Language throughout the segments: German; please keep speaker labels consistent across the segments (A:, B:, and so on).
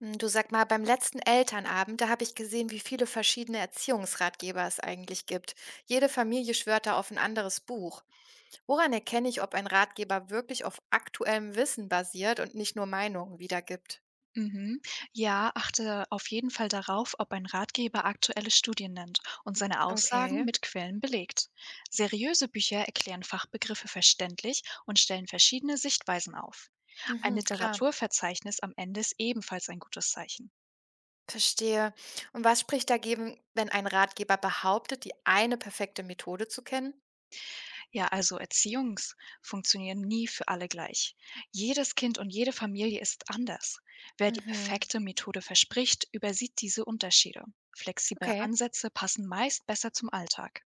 A: Du, sag mal, beim letzten Elternabend, da habe ich gesehen, wie viele verschiedene Erziehungsratgeber es eigentlich gibt. Jede Familie schwört da auf ein anderes Buch. Woran erkenne ich, ob ein Ratgeber wirklich auf aktuellem Wissen basiert und nicht nur Meinungen wiedergibt?
B: Mhm. Ja, achte auf jeden Fall darauf, ob ein Ratgeber aktuelle Studien nennt und seine Aussagen
A: Okay.
B: mit Quellen belegt. Seriöse Bücher erklären Fachbegriffe verständlich und stellen verschiedene Sichtweisen auf. Ein
A: Mhm, klar.
B: Literaturverzeichnis am Ende ist ebenfalls ein gutes Zeichen.
A: Verstehe. Und was spricht dagegen, wenn ein Ratgeber behauptet, die eine perfekte Methode zu kennen?
B: Ja, also Erziehungs funktionieren nie für alle gleich. Jedes Kind und jede Familie ist anders. Wer die
A: Mhm,
B: perfekte Methode verspricht, übersieht diese Unterschiede. Flexible
A: okay.
B: Ansätze passen meist besser zum Alltag.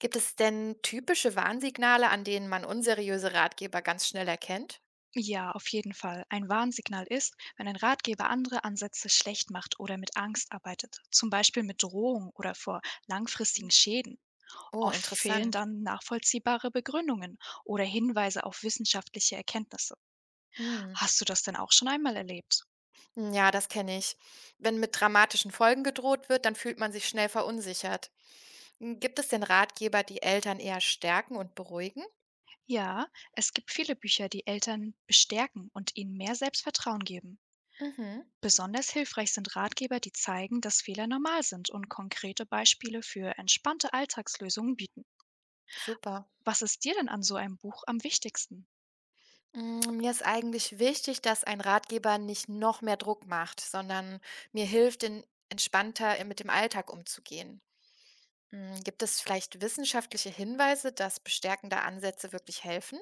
A: Gibt es denn typische Warnsignale, an denen man unseriöse Ratgeber ganz schnell erkennt?
B: Ja, auf jeden Fall. Ein Warnsignal ist, wenn ein Ratgeber andere Ansätze schlecht macht oder mit Angst arbeitet, zum Beispiel mit Drohung oder vor langfristigen
A: Mhm.
B: Schäden.
A: Oh,
B: Oft fehlen
A: interessant.
B: dann nachvollziehbare Begründungen oder Hinweise auf wissenschaftliche Erkenntnisse.
A: Mhm.
B: Hast du das denn auch schon einmal erlebt?
A: Ja, das kenne ich. Wenn mit dramatischen Folgen gedroht wird, dann fühlt man sich schnell verunsichert. Gibt es denn Ratgeber, die Eltern eher stärken und beruhigen?
B: Ja, es gibt viele Bücher, die Eltern bestärken und ihnen mehr Selbstvertrauen geben.
A: Mhm.
B: Besonders hilfreich sind Ratgeber, die zeigen, dass Fehler normal sind und konkrete Beispiele für entspannte Alltagslösungen bieten.
A: Super.
B: Was ist dir denn an so einem Buch am wichtigsten?
A: Mir ist eigentlich wichtig, dass ein Ratgeber nicht noch mehr Druck macht, sondern mir hilft, in, entspannter mit dem Alltag umzugehen. Gibt es vielleicht wissenschaftliche Hinweise, dass bestärkende Ansätze wirklich helfen?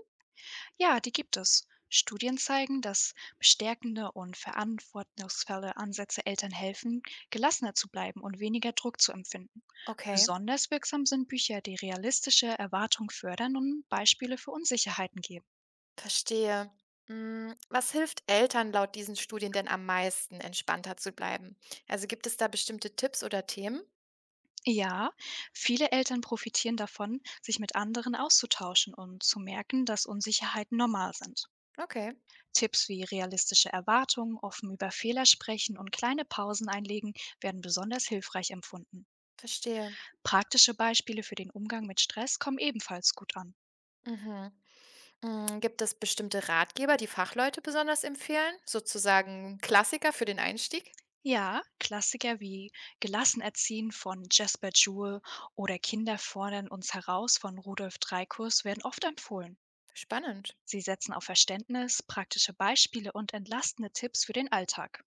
B: Ja, die gibt es. Studien zeigen, dass bestärkende und verantwortungsvolle Ansätze Eltern helfen, gelassener zu bleiben und weniger Druck zu empfinden.
A: Okay.
B: Besonders wirksam sind Bücher, die realistische Erwartungen fördern und Beispiele für Unsicherheiten geben.
A: Verstehe. Was hilft Eltern laut diesen Studien denn am meisten, entspannter zu bleiben? Also gibt es da bestimmte Tipps oder Themen?
B: Ja, viele Eltern profitieren davon, sich mit anderen auszutauschen und zu merken, dass Unsicherheiten normal sind.
A: Okay,
B: Tipps wie realistische Erwartungen, offen über Fehler sprechen und kleine Pausen einlegen werden besonders hilfreich empfunden.
A: verstehe.
B: Praktische Beispiele für den Umgang mit Stress kommen ebenfalls gut an.
A: Mhm. Gibt es bestimmte Ratgeber, die Fachleute besonders empfehlen? Sozusagen Klassiker für den Einstieg?
B: Ja, Klassiker wie Gelassen erziehen von Jasper Jewell oder Kinder fordern uns heraus von Rudolf Dreikurs werden oft empfohlen.
A: Spannend.
B: Sie setzen auf Verständnis, praktische Beispiele und entlastende Tipps für den Alltag.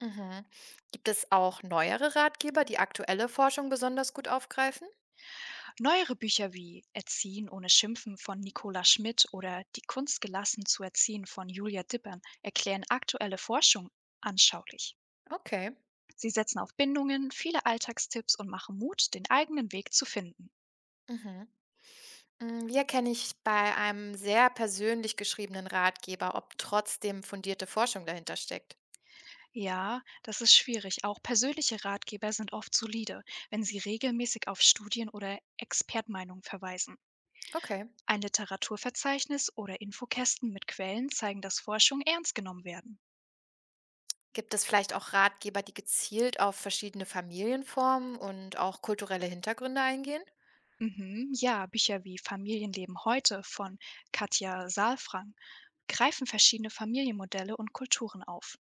A: Mhm. Gibt es auch neuere Ratgeber, die aktuelle Forschung besonders gut aufgreifen?
B: Neuere Bücher wie Erziehen ohne Schimpfen von Nicola Schmidt oder Die Kunst gelassen zu erziehen von Julia Dippern erklären aktuelle Forschung anschaulich.
A: Okay.
B: Sie setzen auf Bindungen, viele Alltagstipps und machen Mut, den eigenen Weg zu finden.
A: Mhm. Hier kenne ich bei einem sehr persönlich geschriebenen Ratgeber, ob trotzdem fundierte Forschung dahinter steckt.
B: Ja, das ist schwierig. Auch persönliche Ratgeber sind oft solide, wenn sie regelmäßig auf Studien oder Expertmeinungen verweisen.
A: Okay.
B: Ein Literaturverzeichnis oder Infokästen mit Quellen zeigen, dass Forschung ernst genommen werden.
A: Gibt es vielleicht auch Ratgeber, die gezielt auf verschiedene Familienformen und auch kulturelle Hintergründe eingehen?
B: Mhm. Ja, Bücher wie Familienleben heute von Katja Saalfrank greifen verschiedene Familienmodelle und Kulturen auf.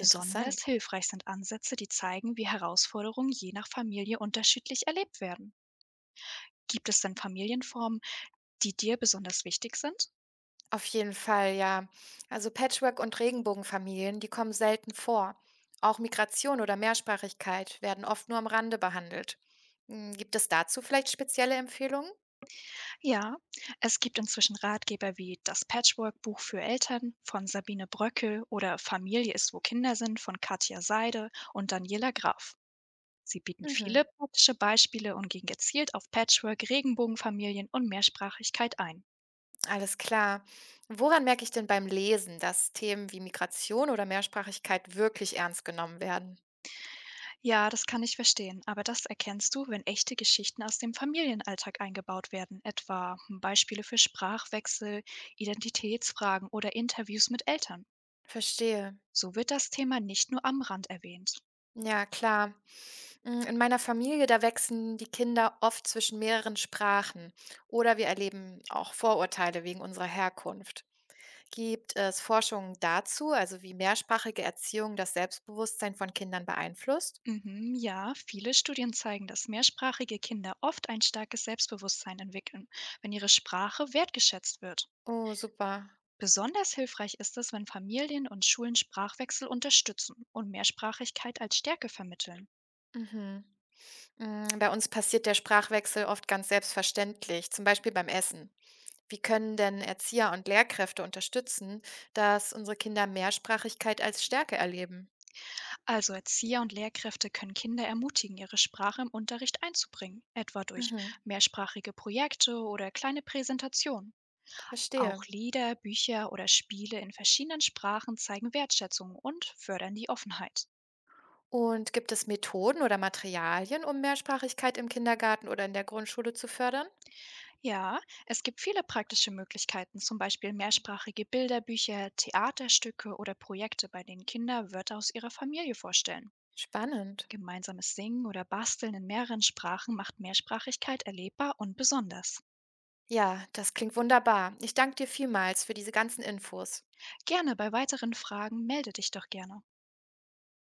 A: Interessant.
B: hilfreich sind Ansätze, die zeigen, wie Herausforderungen je nach Familie unterschiedlich erlebt werden. Gibt es denn Familienformen, die dir besonders wichtig sind?
A: Auf jeden Fall, ja. Also Patchwork- und Regenbogenfamilien, die kommen selten vor. Auch Migration oder Mehrsprachigkeit werden oft nur am Rande behandelt. Gibt es dazu vielleicht spezielle Empfehlungen?
B: Ja, es gibt inzwischen Ratgeber wie Das Patchwork-Buch für Eltern von Sabine Bröckel oder Familie ist, wo Kinder sind von Katja Seide und Daniela Graf. Sie bieten
A: Mhm.
B: viele praktische Beispiele und gehen gezielt auf Patchwork, Regenbogenfamilien und Mehrsprachigkeit ein.
A: Alles klar. Woran merke ich denn beim Lesen, dass Themen wie Migration oder Mehrsprachigkeit wirklich ernst genommen werden?
B: Ja, das kann ich verstehen, aber das erkennst du, wenn echte Geschichten aus dem Familienalltag eingebaut werden, etwa Beispiele für Sprachwechsel, Identitätsfragen oder Interviews mit Eltern.
A: Verstehe.
B: So wird das Thema nicht nur am Rand erwähnt.
A: Ja, klar. Mm, in meiner Familie, da wechseln die Kinder oft zwischen mehreren Sprachen oder wir erleben auch Vorurteile wegen unserer Herkunft. Gibt es Forschungen dazu, also wie mehrsprachige Erziehung das Selbstbewusstsein von Kindern beeinflusst?
B: Mhm, ja, viele Studien zeigen, dass mehrsprachige Kinder oft ein starkes Selbstbewusstsein entwickeln, wenn ihre Sprache wertgeschätzt wird.
A: Oh, super.
B: Besonders hilfreich ist es, wenn Familien und Schulen Sprachwechsel unterstützen und Mehrsprachigkeit als Stärke vermitteln.
A: Mhm. Mm, bei uns passiert der Sprachwechsel oft ganz selbstverständlich, zum Beispiel beim Essen. Wie können denn Erzieher und Lehrkräfte unterstützen, dass unsere Kinder Mehrsprachigkeit als Stärke erleben?
B: Also Erzieher und Lehrkräfte können Kinder ermutigen, ihre Sprache im Unterricht einzubringen, etwa durch
A: Mhm,
B: mehrsprachige Projekte oder kleine Präsentationen. Auch
A: verstehe.
B: Lieder, Bücher oder Spiele in verschiedenen Sprachen zeigen Wertschätzung und fördern die Offenheit.
A: Und gibt es Methoden oder Materialien, um Mehrsprachigkeit im Kindergarten oder in der Grundschule zu fördern?
B: Ja, es gibt viele praktische Möglichkeiten, zum Beispiel mehrsprachige Bilderbücher, Theaterstücke oder Projekte, bei denen Kinder Wörter aus ihrer Familie vorstellen.
A: Spannend.
B: Gemeinsames Singen oder Basteln in mehreren Sprachen macht Mehrsprachigkeit erlebbar und besonders.
A: Ja, das klingt wunderbar. Ich danke dir vielmals für diese ganzen Infos.
B: Gerne bei weiteren Fragen melde dich doch gerne.